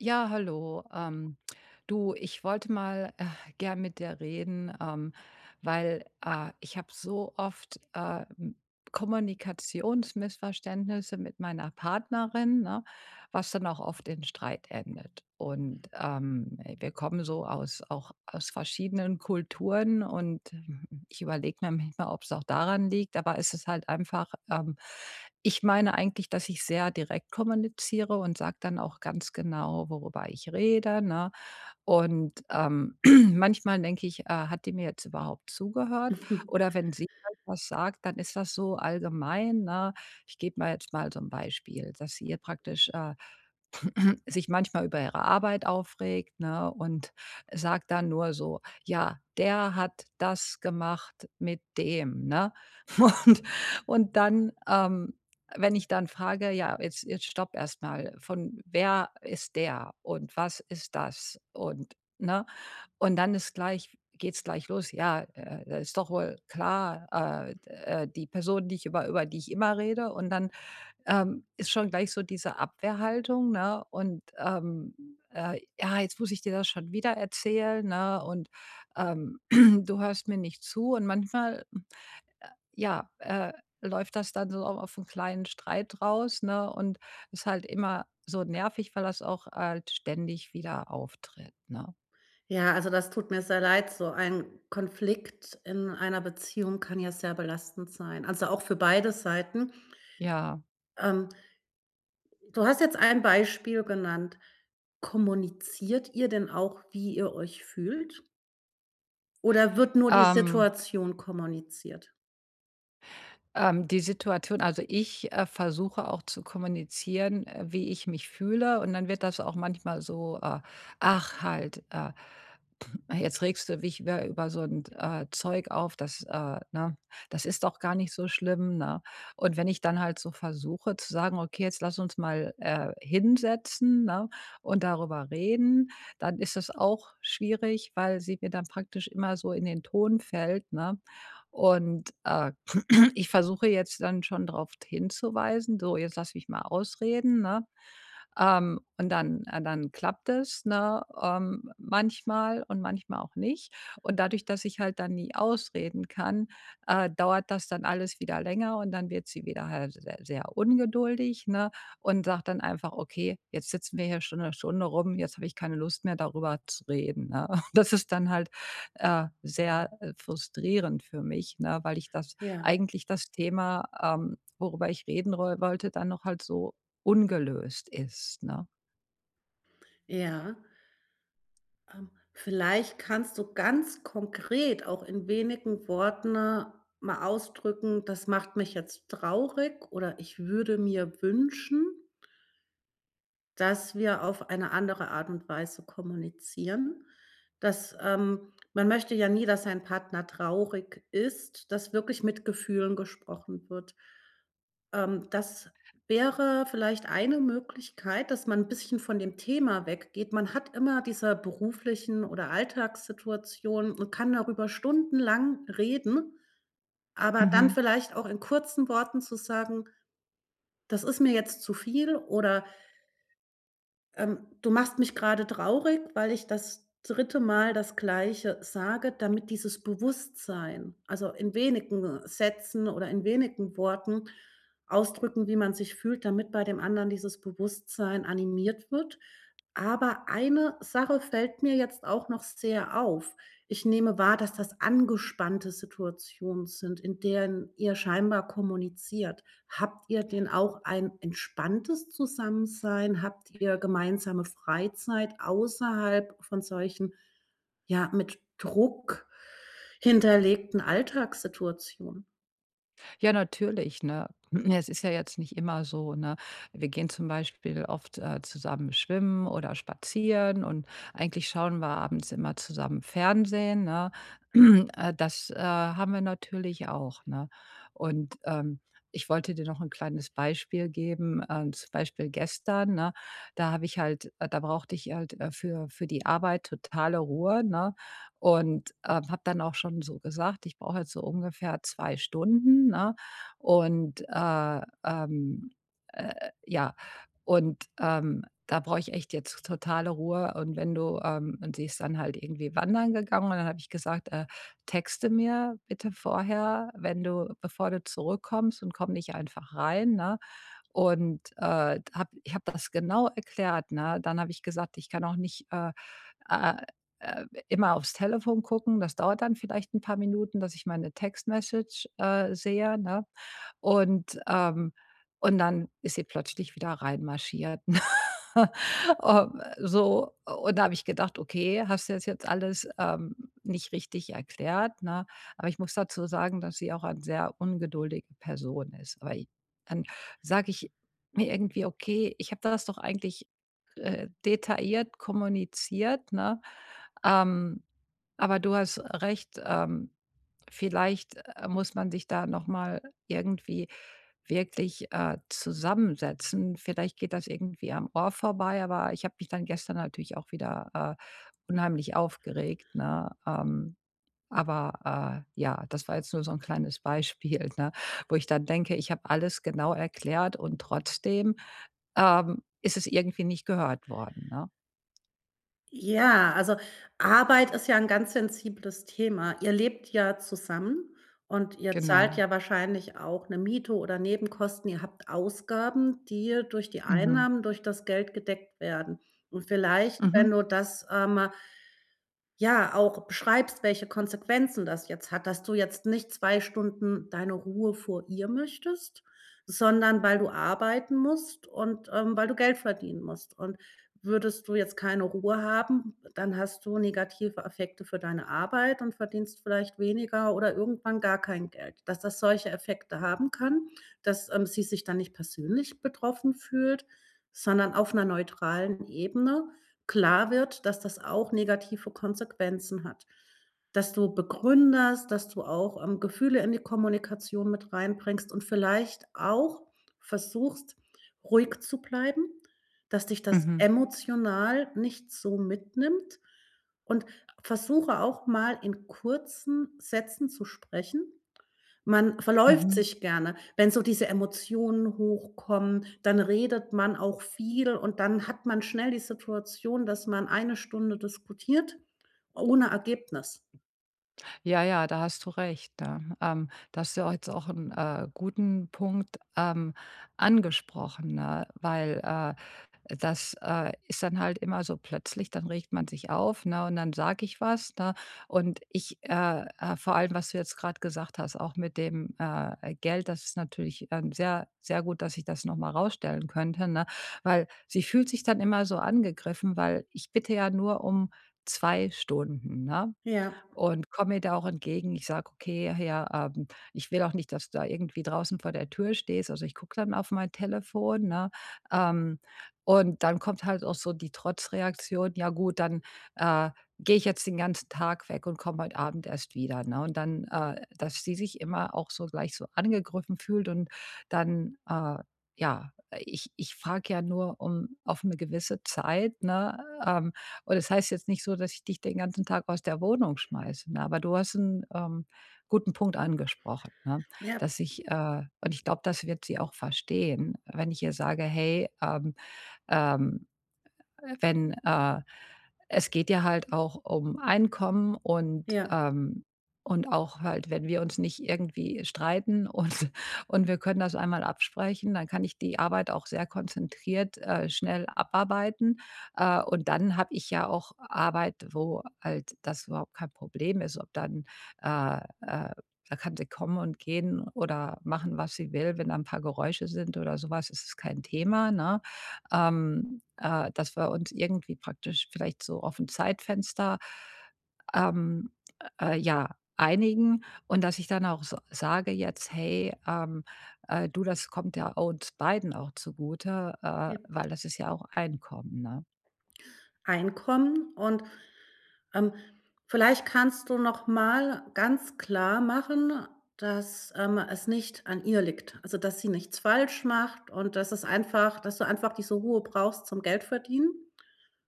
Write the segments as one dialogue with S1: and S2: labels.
S1: Ja, hallo. Du, ich wollte mal gern mit dir reden, weil ich habe so oft Kommunikationsmissverständnisse mit meiner Partnerin, ne, was dann auch oft in Streit endet. Und wir kommen so aus auch aus verschiedenen Kulturen und ich überlege mir manchmal, ob es auch daran liegt, aber es ist halt einfach, ich meine eigentlich, dass ich sehr direkt kommuniziere und sage dann auch ganz genau, worüber ich rede, ne? Und, manchmal denke ich, hat die mir jetzt überhaupt zugehört? Oder wenn sie halt was sagt, dann ist das so allgemein, ne? Ich gebe mal jetzt mal so ein Beispiel, dass sie ihr praktisch, sich manchmal über ihre Arbeit aufregt, ne, und sagt dann nur so: „Ja, der hat das gemacht mit dem", ne? Und und dann, wenn ich dann frage: „Ja, jetzt stopp erstmal. Von wer ist der und was ist das?" Und ne? Und dann ist gleich geht's gleich los: „Ja, das ist doch wohl klar, d die Person, die ich über die ich immer rede" und dann ist schon gleich so diese Abwehrhaltung, ne? Und, ja, jetzt muss ich dir das schon wieder erzählen, ne? Und, ähm, du hörst mir nicht zu. Und manchmal, äh, ja, läuft das dann so auf einen kleinen Streit raus, ne? Und ist halt immer so nervig, weil das auch halt ständig wieder auftritt, ne?
S2: Ja, also das tut mir sehr leid. So ein Konflikt in einer Beziehung kann ja sehr belastend sein, also auch für beide Seiten.
S1: Ja,
S2: Ähm, Du hast jetzt ein Beispiel genannt. Kommuniziert ihr denn auch, wie ihr euch fühlt? Oder wird nur die
S1: ähm
S2: Situation kommuniziert?
S1: Die Situation, also ich, versuche auch zu kommunizieren, wie ich mich fühle und dann wird das auch manchmal so: „Ach halt, jetzt regst du dich wieder über so ein Zeug auf, das, ne, das ist doch gar nicht so schlimm", ne? Und wenn ich dann halt so versuche zu sagen: „Okay, jetzt lass uns mal, hinsetzen, ne, und darüber reden", dann ist das auch schwierig, weil sie mir dann praktisch immer so in den Ton fällt, ne? Und, ich versuche jetzt dann schon darauf hinzuweisen: „So, jetzt lass mich mal ausreden", ne? Und dann klappt es, ne, manchmal und manchmal auch nicht. Und dadurch, dass ich halt dann nie ausreden kann, dauert das dann alles wieder länger und dann wird sie wieder halt sehr, sehr ungeduldig, ne, und sagt dann einfach: „Okay, jetzt sitzen wir hier schon 'ne Stunde rum, jetzt habe ich keine Lust mehr, darüber zu reden", ne? Das ist dann halt, sehr, frustrierend für mich, ne, weil ich das
S2: Ja.
S1: eigentlich das Thema, worüber ich reden roll wollte, dann noch halt so ungelöst ist, ne?
S2: Ja. Vielleicht kannst du ganz konkret auch in wenigen Worten mal ausdrücken, das macht mich jetzt traurig oder ich würde mir wünschen, dass wir auf eine andere Art und Weise kommunizieren. Dass, ähm Man möchte ja nie, dass sein Partner traurig ist, dass wirklich mit Gefühlen gesprochen wird. Das wäre vielleicht eine Möglichkeit, dass man ein bisschen von dem Thema weggeht. Man hat immer diese beruflichen oder Alltagssituationen und kann darüber stundenlang reden, aber dann
S1: Mhm.
S2: vielleicht auch in kurzen Worten zu sagen: „Das ist mir jetzt zu viel“ oder du machst mich gerade traurig, weil ich das dritte Mal das Gleiche sage, damit dieses Bewusstsein, also in wenigen Sätzen oder in wenigen Worten ausdrücken, wie man sich fühlt, damit bei dem anderen dieses Bewusstsein animiert wird. Aber eine Sache fällt mir jetzt auch noch sehr auf. Ich nehme wahr, dass das angespannte Situationen sind, in denen ihr scheinbar kommuniziert. Habt ihr denn auch ein entspanntes Zusammensein? Habt ihr gemeinsame Freizeit außerhalb von solchen, ja, mit Druck hinterlegten Alltagssituationen?
S1: Ja, natürlich, ne? Es ist ja jetzt nicht immer so, ne? Wir gehen zum Beispiel oft, zusammen schwimmen oder spazieren und eigentlich schauen wir abends immer zusammen Fernsehen, ne? Das, haben wir natürlich auch, ne? Und, ich wollte dir noch ein kleines Beispiel geben, zum Beispiel gestern, ne? Da habe ich halt, da brauchte ich halt, für die Arbeit totale Ruhe, ne? Und, habe dann auch schon so gesagt: „Ich brauche jetzt so ungefähr 2 Stunden", ne? Und, ja, und, da brauche ich echt jetzt totale Ruhe. Und wenn du und sie ist dann halt irgendwie wandern gegangen und dann habe ich gesagt: Texte mir bitte vorher, wenn du bevor du zurückkommst und komm nicht einfach rein", ne? Und, habe das genau erklärt, ne? Dann habe ich gesagt: „Ich kann auch nicht, äh immer aufs Telefon gucken. Das dauert dann vielleicht ein paar Minuten, dass ich meine Textmessage sehe, ne? Und, ähm und dann ist sie plötzlich wieder reinmarschiert. So, und da habe ich gedacht: „Okay, hast du das jetzt alles, nicht richtig erklärt", ne? Aber ich muss dazu sagen, dass sie auch eine sehr ungeduldige Person ist. Aber i dann sage ich mir irgendwie: „Okay, ich habe das doch eigentlich, detailliert kommuniziert", ne? Ähm aber du hast recht, vielleicht, muss man sich da noch mal irgendwie wirklich, zusammensetzen. Vielleicht geht das irgendwie am Ohr vorbei, aber ich habe mich dann gestern natürlich auch wieder, äh, unheimlich aufgeregt, ne? Aber, ja, das war jetzt nur so ein kleines Beispiel, ne, wo ich dann denke, ich habe alles genau erklärt und trotzdem, ist es irgendwie nicht gehört worden, ne?
S2: Ja, also Arbeit ist ja ein ganz sensibles Thema. Ihr lebt ja zusammen und ihr zahlt
S1: Genau.
S2: ja wahrscheinlich auch eine Miete oder Nebenkosten. Ihr habt Ausgaben, die durch die
S1: Mhm.
S2: Einnahmen, durch das Geld gedeckt werden. Und vielleicht, wenn
S1: Mhm.
S2: du das, Ja, auch beschreibst, welche Konsequenzen das jetzt hat, dass du jetzt nicht 2 Stunden deine Ruhe vor ihr möchtest, sondern weil du arbeiten musst und, weil du Geld verdienen musst. Und würdest du jetzt keine Ruhe haben, dann hast du negative Effekte für deine Arbeit und verdienst vielleicht weniger oder irgendwann gar kein Geld. Dass das solche Effekte haben kann, dass, sie sich dann nicht persönlich betroffen fühlt, sondern auf einer neutralen Ebene klar wird, dass das auch negative Konsequenzen hat. Dass du begründest, dass du auch, Gefühle in die Kommunikation mit reinbringst und vielleicht auch versuchst, ruhig zu bleiben, dass dich das
S1: Mhm.
S2: emotional nicht so mitnimmt. Und versuche auch mal in kurzen Sätzen zu sprechen. Man
S1: Mhm.
S2: verläuft
S1: Mhm.
S2: sich gerne. Wenn so diese Emotionen hochkommen, dann redet man auch viel und dann hat man schnell die Situation, dass man eine Stunde diskutiert ohne Ergebnis.
S1: Ja, ja, da hast du recht, ne? Da hast du jetzt auch 'n, guten Punkt, angesprochen, ne? Weil, das, ist dann halt immer so plötzlich, dann regt man sich auf, ne, und dann sage ich was, ne? Und ich, vor allem, was du jetzt gerade gesagt hast, auch mit dem, Geld, das ist natürlich, sehr, sehr gut, dass ich das noch mal rausstellen könnte, ne? Weil sie fühlt sich dann immer so angegriffen, weil ich bitte ja nur um 2 Stunden, ne?
S2: Ja,
S1: Und komme da auch entgegen. Ich sage: „Okay, ja, ich will auch nicht, dass du da irgendwie draußen vor der Tür stehst." Also, ich gucke dann auf mein Telefon, ne? Ähm, und dann kommt halt auch so die Trotzreaktion: „Ja gut, dann, äh, gehe ich jetzt den ganzen Tag weg und komme heute Abend erst wieder", ne? Und dann, dass sie sich immer auch so gleich so angegriffen fühlt und dann, ja, ich frage ja nur um auf eine gewisse Zeit, ne? Ähm, und das heißt jetzt nicht so, dass ich dich den ganzen Tag aus der Wohnung schmeiße, ne? Aber du hast einen guten Punkt angesprochen, ne?
S2: ja,
S1: Dass ich, und Ich glaube, das wird sie auch verstehen, wenn ich ihr sage: „Hey, ähm“ wenn es geht ja halt auch um Einkommen,
S2: ja,
S1: und auch halt, wenn wir uns nicht irgendwie streiten und und wir können das einmal absprechen, dann kann ich die Arbeit auch sehr konzentriert, schnell abarbeiten. Und dann habe ich ja auch Arbeit, wo halt das überhaupt kein Problem ist, ob dann, äh, äh da kann sie kommen und gehen oder machen, was sie will. Wenn da ein paar Geräusche sind oder sowas, ist es kein Thema, ne? Dass wir uns irgendwie praktisch vielleicht so auf ein Zeitfenster, ähm, ja, einigen und dass ich dann auch s sage jetzt: „Hey, du, das kommt ja uns beiden auch zugute,
S2: ja.
S1: weil das ist ja auch Einkommen", ne?
S2: Einkommen und Ähm, vielleicht kannst du noch mal ganz klar machen, dass, es nicht an ihr liegt. Also, dass sie nichts falsch macht und dass es einfach dass du einfach diese Ruhe brauchst zum Geld verdienen.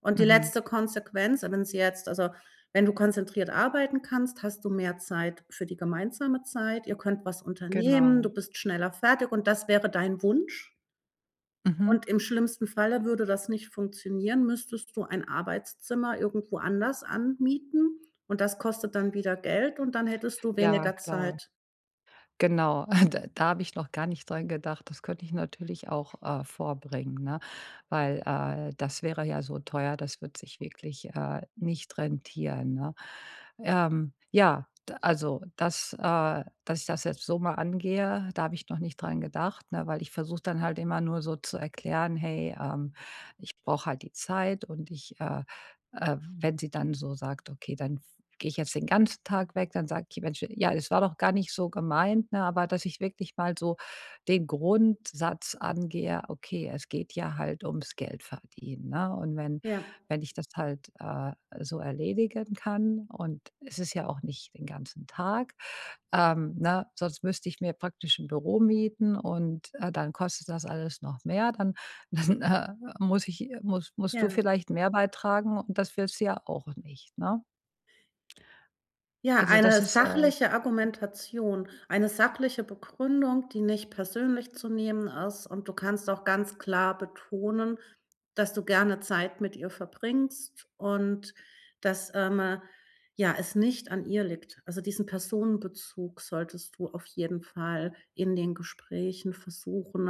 S2: Und die
S1: Mhm.
S2: letzte Konsequenz, wenn sie jetzt also, wenn du konzentriert arbeiten kannst, hast du mehr Zeit für die gemeinsame Zeit. Ihr könnt was unternehmen, du
S1: Genau.
S2: bist schneller fertig und das wäre dein Wunsch? Und
S1: Mhm.
S2: im schlimmsten Falle würde das nicht funktionieren, müsstest du ein Arbeitszimmer irgendwo anders anmieten und das kostet dann wieder Geld und dann hättest du
S1: Ja,
S2: weniger
S1: klar.
S2: Zeit.
S1: Genau. Da habe ich noch gar nicht dran gedacht. Das könnte ich natürlich auch vorbringen, ne? Weil das wäre ja so teuer, das wird sich wirklich nicht rentieren. Ne? Ja, also, dass, dass ich das jetzt so mal angehe, da habe ich noch nicht dran gedacht, ne? Weil ich versuche dann halt immer nur so zu erklären: hey, ich brauche halt die Zeit und ich. Wenn sie dann so sagt, okay, dann gehe ich jetzt den ganzen Tag weg, dann sage ich: „Mensch, ja, das war doch gar nicht so gemeint", ne? Aber dass ich wirklich mal so den Grundsatz angehe: „Okay, es geht ja halt ums Geld verdienen", ne? Und wenn
S2: Ja,
S1: ich das halt, so erledigen kann und es ist ja auch nicht den ganzen Tag, ne? Sonst müsste ich mir praktisch ein Büro mieten und, dann kostet das alles noch mehr. Dann dann, muss ich musst musst du
S2: ja.
S1: vielleicht mehr beitragen und das willst du ja auch nicht, ne?
S2: Ja,
S1: Also, das
S2: eine
S1: ist,
S2: sachliche Argumentation, eine sachliche Begründung, die nicht persönlich zu nehmen ist und du kannst auch ganz klar betonen, dass du gerne Zeit mit ihr verbringst und dass, ja, es nicht an ihr liegt. Also, diesen Personenbezug solltest du auf jeden Fall in den Gesprächen versuchen,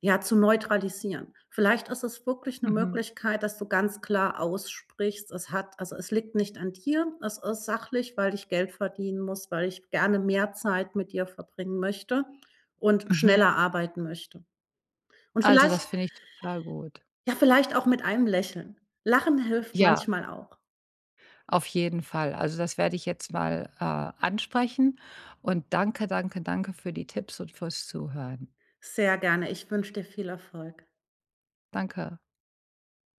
S2: ja, zu neutralisieren. Vielleicht ist es wirklich eine
S1: mhm,
S2: Möglichkeit, dass du ganz klar aussprichst: „Es hat also, es liegt nicht an dir. Es ist sachlich, weil ich Geld verdienen muss, weil ich gerne mehr Zeit mit dir verbringen möchte und
S1: mhm.
S2: schneller arbeiten möchte.“ Und
S1: Also,
S2: vielleicht
S1: das finde ich total gut.
S2: ja, vielleicht auch mit einem Lächeln. Lachen hilft
S1: Ja,
S2: manchmal auch.
S1: auf jeden Fall. Also, das werde ich jetzt mal, ansprechen und danke, danke, danke für die Tipps und fürs Zuhören.
S2: Sehr gerne. Ich wünsche dir viel Erfolg.
S1: Danke.